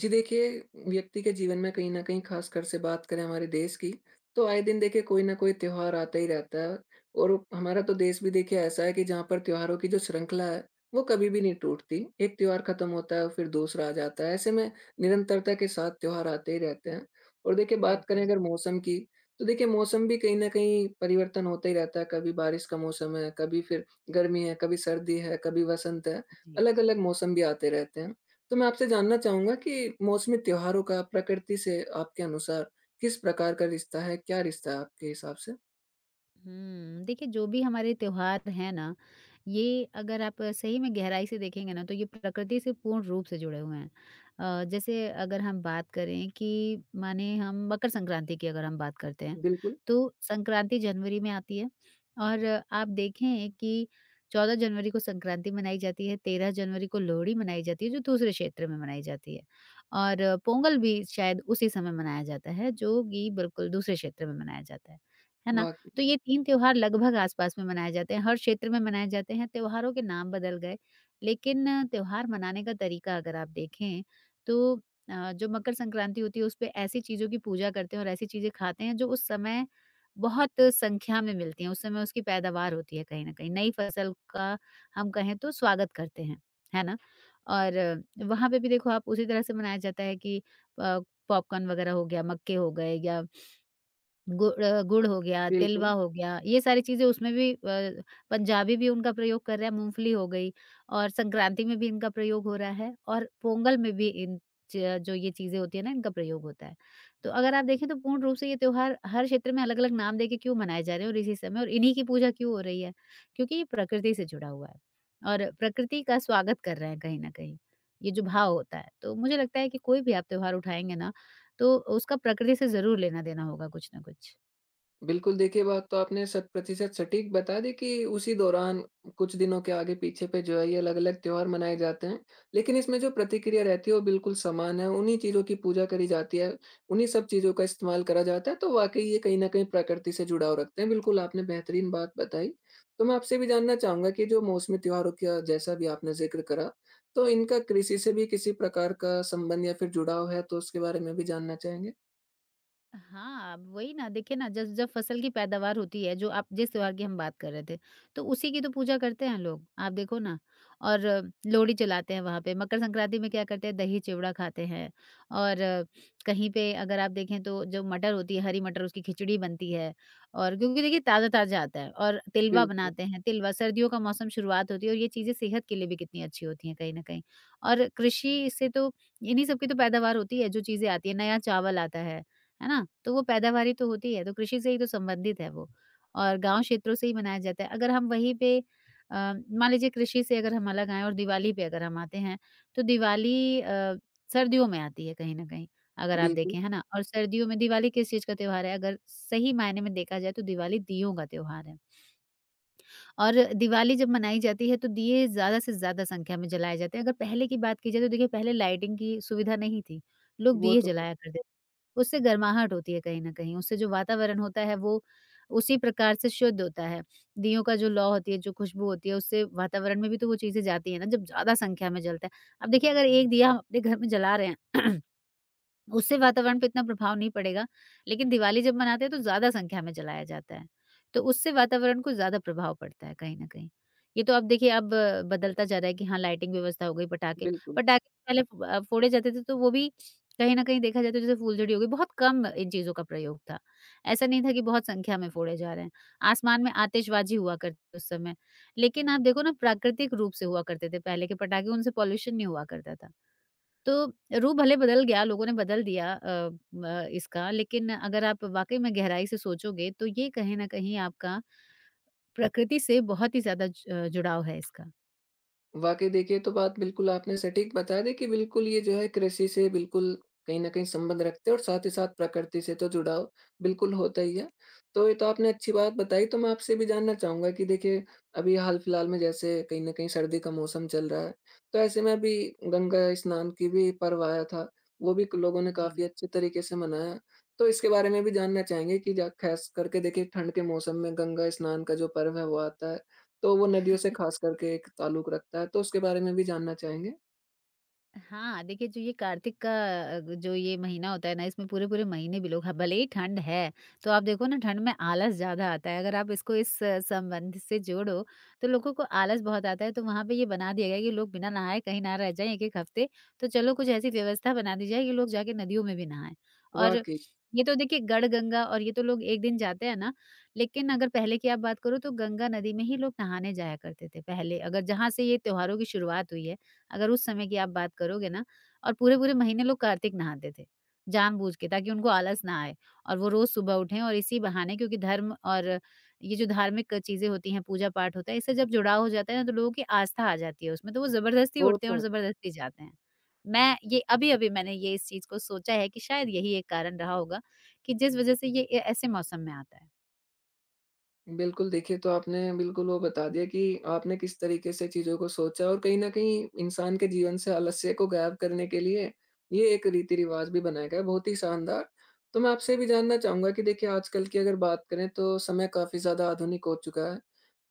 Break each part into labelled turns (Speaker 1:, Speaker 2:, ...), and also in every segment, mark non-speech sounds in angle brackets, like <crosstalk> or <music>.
Speaker 1: जी देखिए, व्यक्ति के जीवन में कहीं न कहीं ख़ासकर से बात करें हमारे देश की, तो आए दिन देखिए कोई न कोई त्योहार आता ही रहता है और हमारा तो देश भी देखिए ऐसा है कि जहाँ पर त्योहारों की जो श्रृंखला है, वो कभी भी नहीं टूटती। एक त्योहार ख़त्म होता है फिर दूसरा आ जाता है, ऐसे में निरंतरता के साथ त्योहार आते ही रहते हैं। और देखिए बात करें
Speaker 2: बिल्कुल।
Speaker 1: अगर मौसम की, तो देखिए मौसम भी कहीं न कहीं परिवर्तन होता ही रहता है, कभी बारिश का मौसम है, कभी फिर गर्मी है, कभी सर्दी है, कभी वसंत है,
Speaker 2: जी।
Speaker 1: अलग-अलग मौसम भी आते रहते हैं। तो मैं आपसे जानना चाहूँगा कि मौसमी त्योहारों का प्रकृति से आपके अनुसार किस प्रकार का रिश्ता है? क्या रिश्ता है आपके हिसाब से?
Speaker 2: देखिए जो भी हमारे त्योहार हैं ना, ये अगर आप सही में गहराई से देखेंगे ना तो ये प्रकृति से पूर्ण रूप से जुड़े हुए हैं। जैसे अगर हम बात करें कि माने हम मकर संक्रांति की अगर हम बात करते हैं,
Speaker 1: बिल्कुल।
Speaker 2: तो संक्रांति जनवरी में आती है और आप देखें कि 14 जनवरी को संक्रांति मनाई जाती है, 13 जनवरी को लोहड़ी मनाई जाती है जो दूसरे क्षेत्र में मनाई जाती है और पोंगल भी शायद उसी समय मनाया जाता है जो कि बिल्कुल दूसरे क्षेत्र में मनाया जाता है। है ना?
Speaker 1: वाक़
Speaker 2: तो ये 3 त्योहार लगभग आस-पास में मनाए जाते हैं, हर क्षेत्र में मनाए जाते हैं, त्योहारों के नाम बदल गए। लेकिन त्योहार मनाने का तरीका अगर आप देखें, तो जो मकर संक्रांति होती है, उसपे ऐसी चीज़ों की पूजा करते हैं और ऐसी चीज़ें खाते हैं, जो उस समय बहुत संख्या में मिलती हैं। उस समय उसकी पैदावार होती है कहीं न कहीं, नई फसल का हम कहें तो स्वागत करते हैं, है ना? और वहाँ पे भी देखो आप उसी तरह से मनाया जाता है कि अ, पॉपकॉर्न वगैरह हो गया, मक्के हो गए या गुड़ हो गया, तिलवा
Speaker 1: बिल्कुल।
Speaker 2: हो गया। ये सारी चीज़ें उसमें भी पंजाबी भी उनका प्रयोग कर रहा है, मूँगफली हो गई और संक्रांति में भी इनका प्रयोग हो रहा है और पोंगल में भी इन च जो ये चीज़ें होती है ना, इनका प्रयोग होता है। तो अगर आप देखें तो पूर्ण रूप से ये त्योहार हर क्षेत्र में अलग-अलग नाम देके क्यों मनाए जा रहे हैं और इसी समय और इन्हीं की पूजा क्यों हो रही है? क्योंकि ये प्रकृति से जुड़ा हुआ है और प्रकृति का स्वागत कर रहे हैं कहीं न कहीं, ये जो भाव होता है। तो मुझे लगता है कि कोई भी आप त्योहार उठाएँगे ना, तो उसका प्रकृति से ज़रूर लेना-देना होगा कुछ ना कुछ।
Speaker 1: बिल्कुल, देखिए बात तो आपने शत प्रतिशत सटीक बता दी कि उसी दौरान कुछ दिनों के आगे-पीछे पे जो है ये अलग-अलग त्योहार मनाए जाते हैं। लेकिन इसमें जो प्रतिक्रिया रहती है वो बिल्कुल समान है, उन्हीं चीज़ों की पूजा करी जाती है, उन्हीं सब चीज़ों का इस्तेमाल करा जाता है, तो वाक़ई ये कहीं न कहीं प्रकृति से जुड़ाव रखते हैं। बिल्कुल, आपने बेहतरीन बात बताई। तो मैं आपसे भी जानना चाहूँगा कि जो मौसमी त्योहारों का जैसा भी आपने ज़िक्र करा, तो इनका कृषि से भी किसी प्रकार का संबंध या फिर जुड़ाव है, तो उसके बारे में भी जानना चाहेंगे?
Speaker 2: हाँ, अब वही ना देखिए ना जब जब फसल की पैदावार होती है, जो आप जिस त्योहार की हम बात कर रहे थे, तो उसी की तो पूजा करते हैं लोग, आप देखो ना। और लोहड़ी जलाते हैं वहाँ पे, मकर संक्रांति में क्या करते हैं दही-चिवड़ा खाते हैं और कहीं पे अगर आप देखें तो जो मटर होती है, हरी मटर उसकी खिचड़ी बनती है। और क्योंकि देखिए ताज़ा-ताज़ा आता है और तिलवा
Speaker 1: बिल्कुल।
Speaker 2: बनाते हैं, तिलवा सर्दियों का मौसम शुरुआत होती है और ये चीज़ें सेहत के लिए भी कितनी अच्छी होती हैं कहीं न कहीं। और कृषि से तो इन्हीं सब की तो पैदावार होती है, जो चीज़ें आती हैं, नया चावल आता है ना? तो वो पैदावारी तो होती है, तो कृषि से ही तो संबंधित है वो और गाँव क्षेत्रों से ही मनाया जाता है। अगर हम वहीं पे मान लीजिए कृषि से अगर हम अलग आएँ और दिवाली पे अगर हम आते हैं, तो दिवाली सर्दियों में आती है कहीं न कहीं, अगर आप
Speaker 1: बिल्कुल,
Speaker 2: देखें, है ना? और सर्दियों में दिवाली किस चीज़ का त्योहार है? अगर सही मायने में देखा जाए तो दिवाली दीयों का त्योहार है और दिवाली जब मनाई जाती है, तो दिए ज़्यादा से ज़्यादा संख्या में जलाए जाते हैं। अगर पहले की बात की जाए, तो देखिए पहले लाइटिंग की सुविधा नहीं थी, लोग
Speaker 1: वो
Speaker 2: दिए
Speaker 1: तो है।
Speaker 2: जलाया करते। उससे गर्माहट होती है कहीं न कहीं, उससे जो वातावरण होता है वो उसी प्रकार से शुद्ध होता है। दीयों का जो लौ होती है, जो खुशबू होती है, उससे वातावरण में भी तो वो चीज़ें जाती हैं ना जब ज़्यादा संख्या में जलता है। अब देखिए अगर 1 दिया हम अपने घर में जला रहे हैं <clears throat> उससे वातावरण पे इतना प्रभाव नहीं पड़ेगा, लेकिन दिवाली जब मनाते हैं तो ज़्यादा संख्या में जलाया जाता है, तो उससे वातावरण को ज़्यादा प्रभाव पड़ता है कहीं न कहीं। ये तो अब देखिए अब बदलता जा रहा है कि हाँ, लाइटिंग व्यवस्था हो गई, पटाखे
Speaker 1: बिल्कुल।
Speaker 2: पटाखे पहले फोड़े जाते थे तो वो भी कहीं न कहीं देखा जाए तो जैसे फूलझड़ी हो गई, बहुत कम इन चीज़ों का प्रयोग था। ऐसा नहीं था कि बहुत संख्या में फोड़े जा रहे हैं, आसमान में आतिशबाज़ी हुआ करती उस समय, लेकिन आप देखो ना प्राकृतिक रूप से हुआ करते थे पहले के पटाखे, उनसे पॉल्यूशन नहीं हुआ करता था। तो रूह भले बदल गया, लोगों ने बदल दिया अ, म इसका, लेकिन अगर आप वाक़ई में गहराई से सोचोगे तो ये कहीं न कहीं आपका प्रकृति से बहुत ही ज़्यादा ज जुड़ाव है इसका।
Speaker 1: वाक़ई देखिए, ये तो बात बिल्कुल आपने सटीक बता दी कि बिल्कुल ये जो है कृषि से बिल्कुल कहीं न कहीं संबंध रखते हैं और साथ ही साथ प्रकृति से तो जुड़ाव बिल्कुल होता ही है। तो ये तो आपने अच्छी बात बताई तो मैं आपसे भी जानना चाहूँगा कि देखिए, अभी हाल-फिलहाल में जैसे कहीं न कहीं सर्दी का मौसम चल रहा है, तो ऐसे में अभी गंगा स्नान की भी पर्व आया था, वो भी लोगों ने
Speaker 2: जी।
Speaker 1: काफ़ी अच्छे तरीके से मनाया। तो इसके बारे में भी जानना चाहेंगे कि जा ख़ास करके देखिए ठंड के मौसम में गंगा स्नान का जो पर्व है वो आता है, तो वो नदियों से ख़ास करके एक ताल्लुक रखता है, तो उसके बारे में भी जानना चाहेंगे?
Speaker 2: हाँ, देखिए जो ये कार्तिक का जो ये महीना होता है ना, इसमें पूरे-पूरे महीने भी लोग ह भले ही ठंड है, तो आप देखो ना ठंड में आलस ज़्यादा आता है। अगर आप इसको इस संबंध से जोड़ो, तो लोगों को आलस बहुत आता है, तो वहाँ पे ये बना दिया गया है कि लोग बिना नहाए कहीं ना रह जाएँ एक-एक हफ्ते, तो चलो कुछ ऐसी व्यवस्था बना दी जाए कि लोग जाके नदियों में भी नहाएँ। और
Speaker 1: वाक़ई,
Speaker 2: ये तो देखिए गढ़-गंगा और ये तो लोग 1 दिन जाते हैं ना, लेकिन अगर पहले की आप बात करो तो गंगा नदी में ही लोग नहाने जाया करते थे पहले, अगर जहाँ से ये त्योहारों की शुरुआत हुई है। अगर उस समय की आप बात करोगे ना और पूरे-पूरे महीने लोग कार्तिक नहाते थे, जानबूझ के ताकि उनको आलस ना आए और वो रोज़ सुबह उठें और इसी बहाने क्योंकि धर्म और ये जो धार्मिक चीज़ें होती हैं, पूजा-पाठ होता है, इससे जब जुड़ाव हो जाता है ना तो लोगों की आस्था आ जाती है उसमें, तो वो ज़बरदस्ती
Speaker 1: वो
Speaker 2: उठते हैं
Speaker 1: तो
Speaker 2: और
Speaker 1: है।
Speaker 2: ज़बरदस्ती जाते हैं। मैं ये अभी-अभी मैंने ये इस चीज़ को सोचा है कि शायद यही एक कारण रहा होगा कि जिस वज़ह से ये ए ऐसे मौसम में आता है।
Speaker 1: बिल्कुल, देखिए तो आपने बिल्कुल वो बता दिया कि आपने किस तरीके से चीज़ों को सोचा और कहीं न कहीं इंसान के जीवन से आलस्य को गायब करने के लिए ये एक रीति-रिवाज़ भी बनाया गया है, बहुत ही शानदार। तो मैं आपसे ये भी जानना चाहूँगा कि देखिए आजकल की अगर बात करें तो समय काफ़ी ज़्यादा आधुनिक हो चुका है।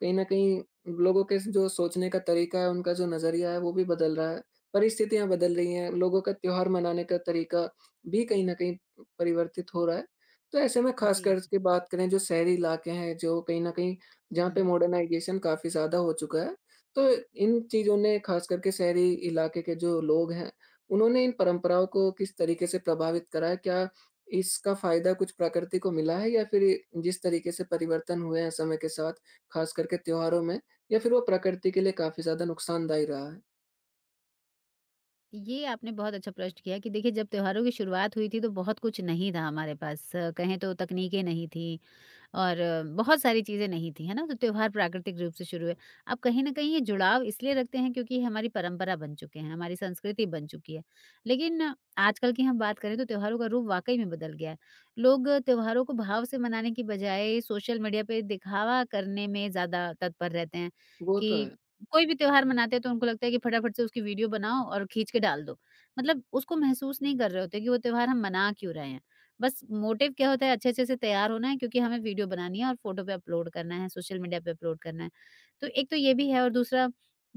Speaker 1: कहीं न कहीं लोगों के जो सोचने का तरीका है, उनका जो नज़रिया है वो भी बदल रहा है, परिस्थितियाँ बदल रही हैं, लोगों का त्योहार मनाने का तरीका भी कहीं न कहीं परिवर्तित हो रहा है। तो ऐसे में खास
Speaker 2: जी।
Speaker 1: करके बात करें जो शहरी इलाके हैं, जो कहीं न कहीं जहाँ पे
Speaker 2: हुँ।
Speaker 1: मॉडर्नाइज़ेशन काफ़ी ज़्यादा हो चुका है, तो इन चीज़ों ने खास करके शहरी इलाके के जो लोग हैं, उन्होंने इन परंपराओं को किस तरीके से प्रभावित करा है? क्या इसका फ़ायदा कुछ प्रकृति को मिला है या फिर जिस तरीके से परिवर्तन हुए हैं समय के साथ, खास करके त्योहारों में या फिर वो प्रकृति के लिए काफ़ी ज़्यादा नुकसानदायी रहा है?
Speaker 2: ये आपने बहुत अच्छा प्रश्न किया कि देखिए जब त्योहारों की शुरुआत हुई थी तो बहुत कुछ नहीं था हमारे पास, कहें तो तकनीकें नहीं थी और बहुत सारी चीज़ें नहीं थी, है ना? तो त्योहार प्राकृतिक रूप से शुरू हुए। अब कहीं न कहीं ये जुड़ाव इसलिए रखते हैं क्योंकि ये हमारी परंपरा बन चुके हैं, हमारी संस्कृति बन चुकी है। लेकिन आजकल की हम बात करें तो त्योहारों का रूप वाक़ई में बदल गया है। लोग त्योहारों को भाव से मनाने की बजाय सोशल मीडिया पे दिखावा करने में ज़्यादा तत्पर रहते हैं
Speaker 1: वो तो
Speaker 2: कि
Speaker 1: है,
Speaker 2: कोई भी त्योहार मनाते हैं तो उनको लगता है कि फटाफट से उसकी वीडियो बनाओ और खींच के डाल दो। मतलब उसको महसूस नहीं कर रहे होते कि वो त्योहार हम मना क्यों रहे हैं। बस मोटिव क्या होता है, अच्छे-अच्छे से तैयार होना है क्योंकि हमें वीडियो बनानी है और फ़ोटो पे अपलोड करना है, सोशल मीडिया पे अपलोड करना है। तो एक तो ये भी है और दूसरा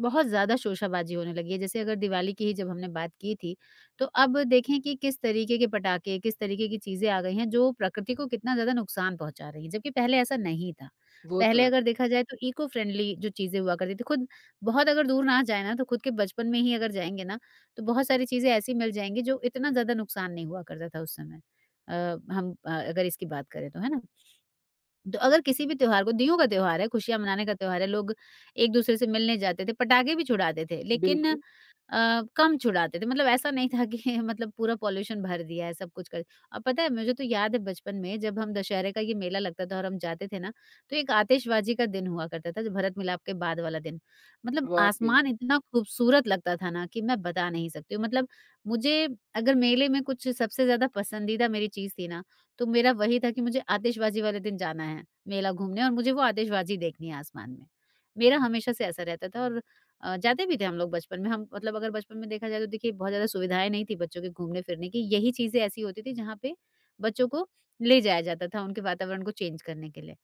Speaker 2: बहुत ज़्यादा शोशाबाज़ी होने लगी है। जैसे अगर दिवाली की ही जब हमने बात की थी, तो अब देखें कि किस तरीके के पटाखे, किस तरीके की चीज़ें आ गई हैं जो प्रकृति को कितना ज़्यादा नुकसान पहुँचा रही हैं, जबकि पहले ऐसा नहीं था।
Speaker 1: वो तो
Speaker 2: पहले
Speaker 1: है।
Speaker 2: अगर देखा जाए तो इको फ्रेंडली जो चीज़ें हुआ करती थी, खुद बहुत अगर दूर ना जाए ना तो खुद के बचपन में ही अगर जाएँगे ना, तो बहुत सारी चीज़ें ऐसी मिल जाएँगी जो इतना ज़्यादा नुकसान नहीं हुआ करता था उस समय। अ, हम अगर इसकी बात करें तो, है ना? तो अगर किसी भी त्योहार को दियों का त्योहार है, खुशियाँ मनाने का त्योहार है, लोग एक-दूसरे से मिलने जाते थे, पटाखे भी छुड़ाते थे, लेकिन
Speaker 1: बिल्कुल,
Speaker 2: कम छुड़ाते थे, मतलब ऐसा नहीं था कि <laughs> मतलब पूरा पॉल्यूशन भर दिया है सब कुछ कर। और पता है मुझे तो याद है बचपन में जब हम दशहरे का ये मेला लगता था और हम जाते थे ना, तो एक आतिशबाजी का दिन हुआ करता था जो भरत मिलाप के बाद वाला दिन, मतलब
Speaker 1: वाक़ई,
Speaker 2: आसमान इतना खूबसूरत लगता था ना कि मैं बता नहीं सकती हूँ। मतलब मुझे अगर मेले में कुछ सबसे ज्यादा पसंदीदा मेरी चीज थी ना तो मेरा वही था कि मुझे आतिशबाजी वाले दिन जाना है मेला घूमने, और मुझे वो आतिशबाजी देखनी है आसमान में। मेरा हमेशा से ऐसा रहता था और जाते भी थे हम लोग बचपन में। हम मतलब अगर बचपन में देखा जाए तो देखिए बहुत ज़्यादा सुविधाएँ नहीं थी बच्चों के घूमने-फिरने की। यही चीज़ें ऐसी होती थी जहाँ पे बच्चों को ले जाया जाता था उनके वातावरण को चेंज करने के लिए।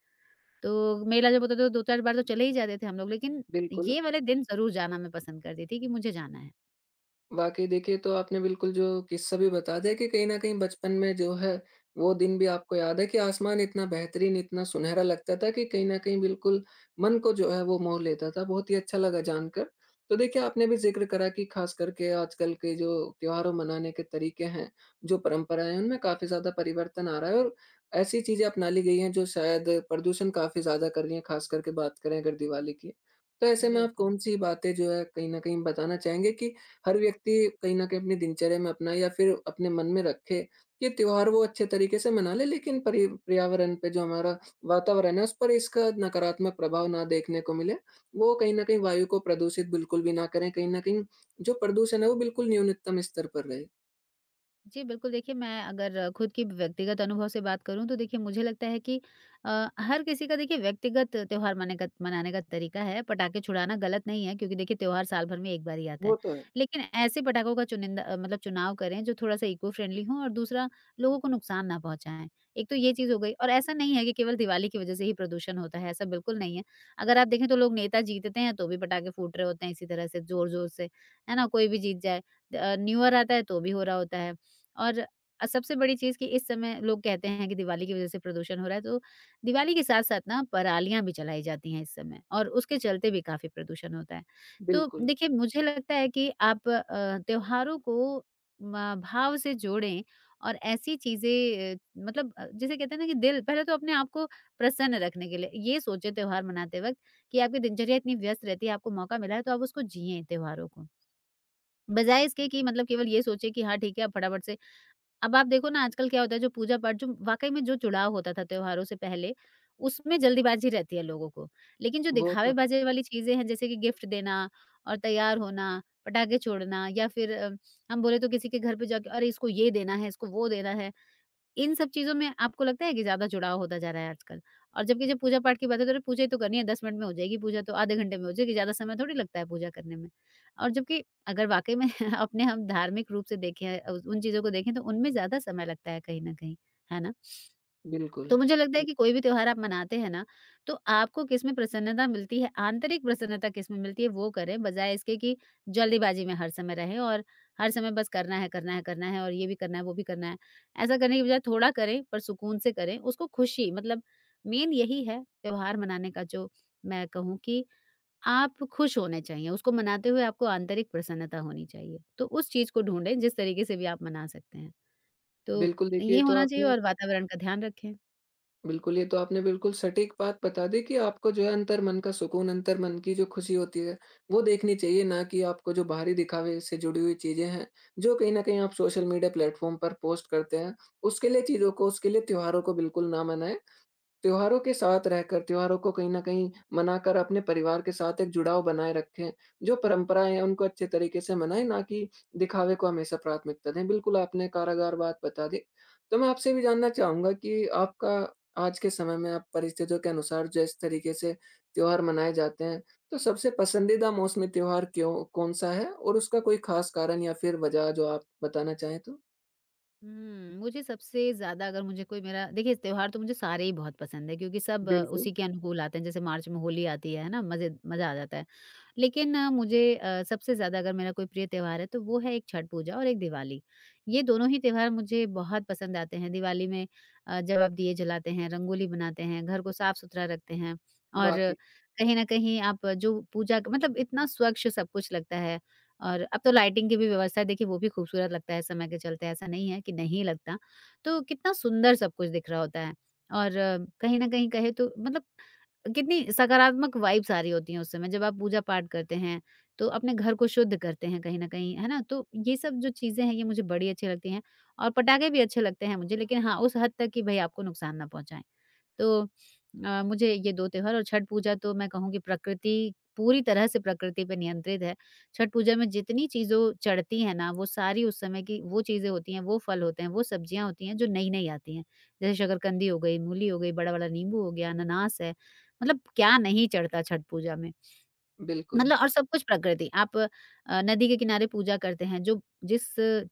Speaker 2: तो मेला जब होता था तो 2-4 बार तो चले ही जाते थे हम लोग, लेकिन
Speaker 1: बिल्कुल।
Speaker 2: ये वाले दिन ज़रूर जाना मैं पसंद करती थी कि मुझे जाना है।
Speaker 1: वाक़ई देखिए, तो आपने बिल्कुल जो किस्सा भी बता दिया कि कहीं न कहीं बचपन में जो है, वो दिन भी आपको याद है कि आसमान इतना बेहतरीन, इतना सुनहरा लगता था कि कहीं न कहीं बिल्कुल मन को जो है वो मोह लेता था। बहुत ही अच्छा लगा जानकर। तो देखिए, आपने भी ज़िक्र करा कि ख़ास करके आजकल के जो त्योहारों मनाने के तरीके हैं, जो परंपराएँ हैं, उनमें काफ़ी ज़्यादा परिवर्तन आ रहा है और ऐसी चीज़ें अपना ली गई हैं जो शायद प्रदूषण काफ़ी ज़्यादा कर रही हैं, ख़ास करके बात करें अगर दिवाली की। तो ऐसे में आप
Speaker 2: बिल्कुल।
Speaker 1: कौन-सी बातें जो है कहीं न कहीं बताना चाहेंगे कि हर व्यक्ति कहीं न कहीं अपनी दिनचर्या में अपनाए या फिर अपने मन में रखे कि त्योहार वो अच्छे तरीके से मना ले, लेकिन परि पर्यावरण पे जो हमारा वातावरण है, उस पर इसका नकारात्मक प्रभाव ना देखने को मिले। वो कहीं न कहीं वायु को प्रदूषित बिल्कुल भी ना करें, कहीं न कहीं जो प्रदूषण है वो बिल्कुल न्यूनतम स्तर पर रहे।
Speaker 2: जी, बिल्कुल देखिए मैं अगर खुद की व्यक्तिगत अनुभव से बात करूँ तो देखिए मुझे लगता है कि हर किसी का देखिए व्यक्तिगत त्योहार मने का मनाने का तरीका है, पटाखे छुड़ाना गलत नहीं है क्योंकि देखिए त्योहार साल भर में एक बार ही आता
Speaker 1: वो
Speaker 2: है।
Speaker 1: तो है,
Speaker 2: लेकिन ऐसे पटाखों का चुनिंदा मतलब चुनाव करें जो थोड़ा-सा इको फ्रेंडली हों और दूसरा लोगों को नुकसान ना पहुँचाएँ। एक तो ये चीज़ हो गई और ऐसा नहीं है कि केवल दिवाली की वजह से ही प्रदूषण होता है, ऐसा बिल्कुल नहीं है। अगर आप देखें तो लोग नेता जीतते हैं तो भी पटाखे फूट रहे होते हैं इसी तरह से ज़ोर-ज़ोर से, है ना? कोई भी जीत जाए। न्यू ईयर आता है तो भी हो रहा होता है। और सबसे बड़ी चीज़ कि इस समय लोग कहते हैं कि दिवाली की वज़ह से प्रदूषण हो रहा है, तो दिवाली के साथ-साथ ना परालियाँ भी जलाई जाती हैं इस समय और उसके चलते भी काफ़ी प्रदूषण होता है। तो
Speaker 1: बिल्कुल।
Speaker 2: देखिए, मुझे लगता है कि आप त्योहारों को म भाव से जोड़ें और ऐसी चीज़ें अ, मतलब जिसे कहते हैं ना कि दिल पहले तो अपने आप को प्रसन्न रखने के लिए ये सोचें त्योहार मनाते वक़्त कि आपकी दिनचर्या इतनी व्यस्त रहती है, आपको मौका मिला है, तो आप उसको जिएँ त्योहारों को। बजाय इसके कि मतलब केवल ये सोचें कि हाँ, ठीक है, अब फटाफट से अब आप देखो ना आजकल क्या होता है जो पूजा-पाठ जो वाक़ई में जो जुड़ाव होता था त्योहारों से पहले, उसमें जल्दीबाज़ी रहती है लोगों को। लेकिन जो
Speaker 1: वो तो है
Speaker 2: दिखावे-बाज़ी वाली चीज़ें हैं जैसे कि गिफ्ट देना और तैयार होना, पटाखे छोड़ना या फिर हम बोले तो किसी के घर पे जाके अरे! इसको ये देना है, इसको वो देना है। इन सब चीज़ों में आपको लगता है कि ज़्यादा जुड़ाव होता जा रहा है आजकल? और जबकि जब पूजा-पाठ की बात है तो अरे पूजा ही तो करनी है 10 मिनट में हो जाएगी पूजा तो आधे घंटे में हो जाएगी, ज़्यादा समय थोड़ी लगता है पूजा करने में। और जबकि अगर वाक़ई में <laughs> अपने हम धार्मिक रूप से देखें उन चीज़ों को देखें तो उनमें ज़्यादा समय लगता है कहीं न कहीं, है ना?
Speaker 1: बिल्कुल।
Speaker 2: तो मुझे लगता है
Speaker 1: बि
Speaker 2: कि कोई भी त्योहार आप मनाते हैं ना, तो आपको किसमें प्रसन्नता मिलती है, आंतरिक प्रसन्नता किसमें मिलती है वो करें, बजाय इसके कि जल्दीबाजी में हर समय रहें और हर समय बस करना है, करना है, करना है और ये भी करना है, वो भी करना है। ऐसा करने की बजाय थोड़ा करें पर सुकून से करें, उसको खुशी मतलब मेन यही है त्योहार मनाने का जो मैं कहूँ कि आप खुश होने चाहिए, उसको मनाते हुए आपको आंतरिक प्रसन्नता होनी चाहिए। तो उस चीज़ को ढूँढें जिस तरीके से भी आप मना सकते हैं। तो
Speaker 1: बिल्कुल देखिए, ये
Speaker 2: ये
Speaker 1: तो
Speaker 2: होना चाहिए
Speaker 1: आपने
Speaker 2: और वातावरण का ध्यान रखें।
Speaker 1: बिल्कुल, ये तो आपने बिल्कुल सटीक बात बता दी कि आपको जो है अंतर्मन का सुकून, अंतर्मन की जो खुशी होती है, वो देखनी चाहिए ना कि आपको जो बाहरी दिखावे से जुड़ी हुई चीज़ें हैं, जो कहीं न कहीं आप सोशल मीडिया प्लेटफ़ॉर्म पर पोस्ट करते हैं, उसके लिए चीज़ों को, उसके लिए त्योहारों को बिल्कुल ना मनाएँ। त्योहारों के साथ रहकर त्योहारों को कहीं न कहीं मनाकर अपने परिवार के साथ एक जुड़ाव बनाए रखें। जो परंपराएँ हैं उनको अच्छे तरीके से मनाएँ, ना कि दिखावे को हमेशा प्राथमिकता दें। बिल्कुल आपने कारागार बात बता दी। तो मैं आपसे भी जानना चाहूँगा कि आपका आज के समय में आप परिस्थितियों के अनुसार जिस तरीके से त्योहार मनाए जाते हैं, तो सबसे पसंदीदा मौसमी त्योहार क्यों कौन-सा है? और उसका कोई ख़ास कारण या फिर वजह जो आप बताना चाहें तो?
Speaker 2: मुझे सबसे ज़्यादा अगर मुझे कोई मेरा देखिए त्योहार तो मुझे सारे ही बहुत पसंद हैं क्योंकि सब
Speaker 1: बिल्कुल,
Speaker 2: उसी के अनुकूल आते हैं। जैसे मार्च में होली आती है ना? मज़े मज़ा आ जाता है। लेकिन मुझे सबसे ज़्यादा अगर मेरा कोई प्रिय त्योहार है तो वो है एक छठ पूजा और एक दिवाली। ये दोनों ही त्योहार मुझे बहुत पसंद आते हैं। दिवाली में जब आप दिए जलाते हैं, रंगोली बनाते हैं, घर को साफ-सुथरा रखते हैं और
Speaker 1: वाक़ई।
Speaker 2: कहीं न कहीं आप जो पूजा मतलब इतना स्वच्छ सब कुछ लगता है और अब तो लाइटिंग की भी व्यवस्था है, देखिए वो भी खूबसूरत लगता है समय के चलते, ऐसा नहीं है कि नहीं लगता। तो कितना सुंदर सब कुछ दिख रहा होता है और कहीं न कहीं कहें तो मतलब कितनी सकारात्मक वाइब्स आ रही होती हैं उस समय। जब आप पूजा-पाठ करते हैं, तो अपने घर को शुद्ध करते हैं कहीं न कहीं, है ना? तो ये सब जो चीज़ें हैं, ये मुझे बड़ी अच्छी लगती हैं और पटाखे भी अच्छे लगते हैं मुझे, लेकिन हाँ, उस हद तक कि भई आपको नुकसान ना पहुँचाएँ। तो मुझे ये 2 त्योहार और छठ पूजा तो मैं कहूँ कि प्रकृति पूरी तरह से प्रकृति पे नियंत्रित है। छठ पूजा में जितनी चीज़ों चढ़ती हैं ना, वो सारी उस समय की वो चीज़ें होती हैं, वो फल होते हैं, वो सब्जियाँ होती हैं जो नई-नई आती हैं। जैसे शकरकंदी हो गई, मूली हो गई, बड़ा वाला नींबू हो गया, अनानास है, मतलब क्या नहीं चढ़ता छठ पूजा में।
Speaker 1: बिल्कुल,
Speaker 2: मतलब और सब कुछ प्रकृति। आप नदी के किनारे पूजा करते हैं, जो जिस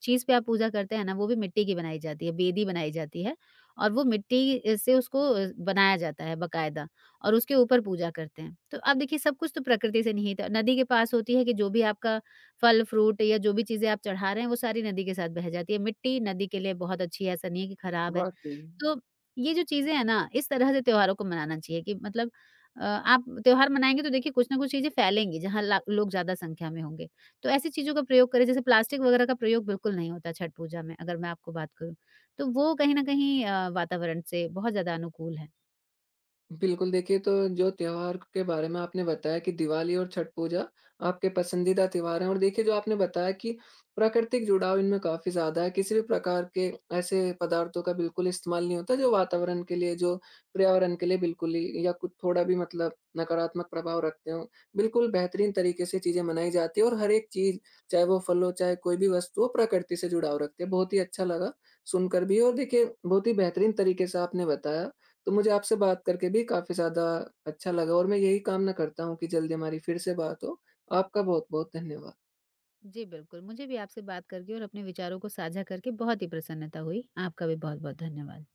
Speaker 2: चीज़ पे आप पूजा करते हैं ना, वो भी मिट्टी की बनाई जाती है, बेदी बनाई जाती है और वो मिट्टी से उसको बनाया जाता है बाकायदा और उसके ऊपर पूजा करते हैं। तो आप देखिए सब कुछ तो प्रकृति से निहित है। नदी के पास होती है कि जो भी आपका फल-फ्रूट या जो भी चीज़ें आप चढ़ा रहे हैं, वो सारी नदी के साथ बह जाती है। मिट्टी नदी के लिए बहुत अच्छी है, ऐसा नहीं है कि खराब है।
Speaker 1: वाक़ई।
Speaker 2: तो ये जो चीज़ें हैं ना, इस तरह से त्योहारों को मनाना चाहिए कि मतलब आप त्योहार मनाएँगे तो देखिए कुछ ना कुछ चीज़ें फैलेंगी जहाँ ला लोग ज़्यादा संख्या में होंगे। तो ऐसी चीज़ों का प्रयोग करें जैसे प्लास्टिक वगैरह का प्रयोग बिल्कुल नहीं होता छठ पूजा में अगर मैं आपको बात करूँ। तो वो कहीं न कहीं वातावरण से बहुत ज़्यादा अनुकूल है।
Speaker 1: बिल्कुल, देखिए तो जो त्योहार के बारे में आपने बताया कि दिवाली और छठ पूजा आपके पसंदीदा त्योहार हैं और देखिए जो आपने बताया कि प्राकृतिक जुड़ाव इनमें काफ़ी ज़्यादा है, किसी भी प्रकार के ऐसे पदार्थों का बिल्कुल इस्तेमाल नहीं होता जो वातावरण के लिए, जो पर्यावरण के लिए बिल्कुल ही या कुछ थोड़ा भी मतलब नकारात्मक प्रभाव रखते हों। बिल्कुल बेहतरीन तरीके से चीज़ें मनाई जाती है और हर एक चीज़, चाहे वो फल हो, चाहे कोई भी वस्तु हो, प्रकृति से जुड़ाव रखती है। बहुत ही अच्छा लगा सुनकर भी और देखिए बहुत ही बेहतरीन तरीके से आपने बताया। तो मुझे आपसे बात करके भी काफ़ी ज़्यादा अच्छा लगा और मैं यही कामना करता हूँ कि जल्दी हमारी फिर से बात हो। आपका बहुत-बहुत धन्यवाद।
Speaker 2: जी, बिल्कुल। मुझे भी आपसे बात करके और अपने विचारों को साझा करके बहुत ही प्रसन्नता हुई। आपका भी बहुत-बहुत धन्यवाद।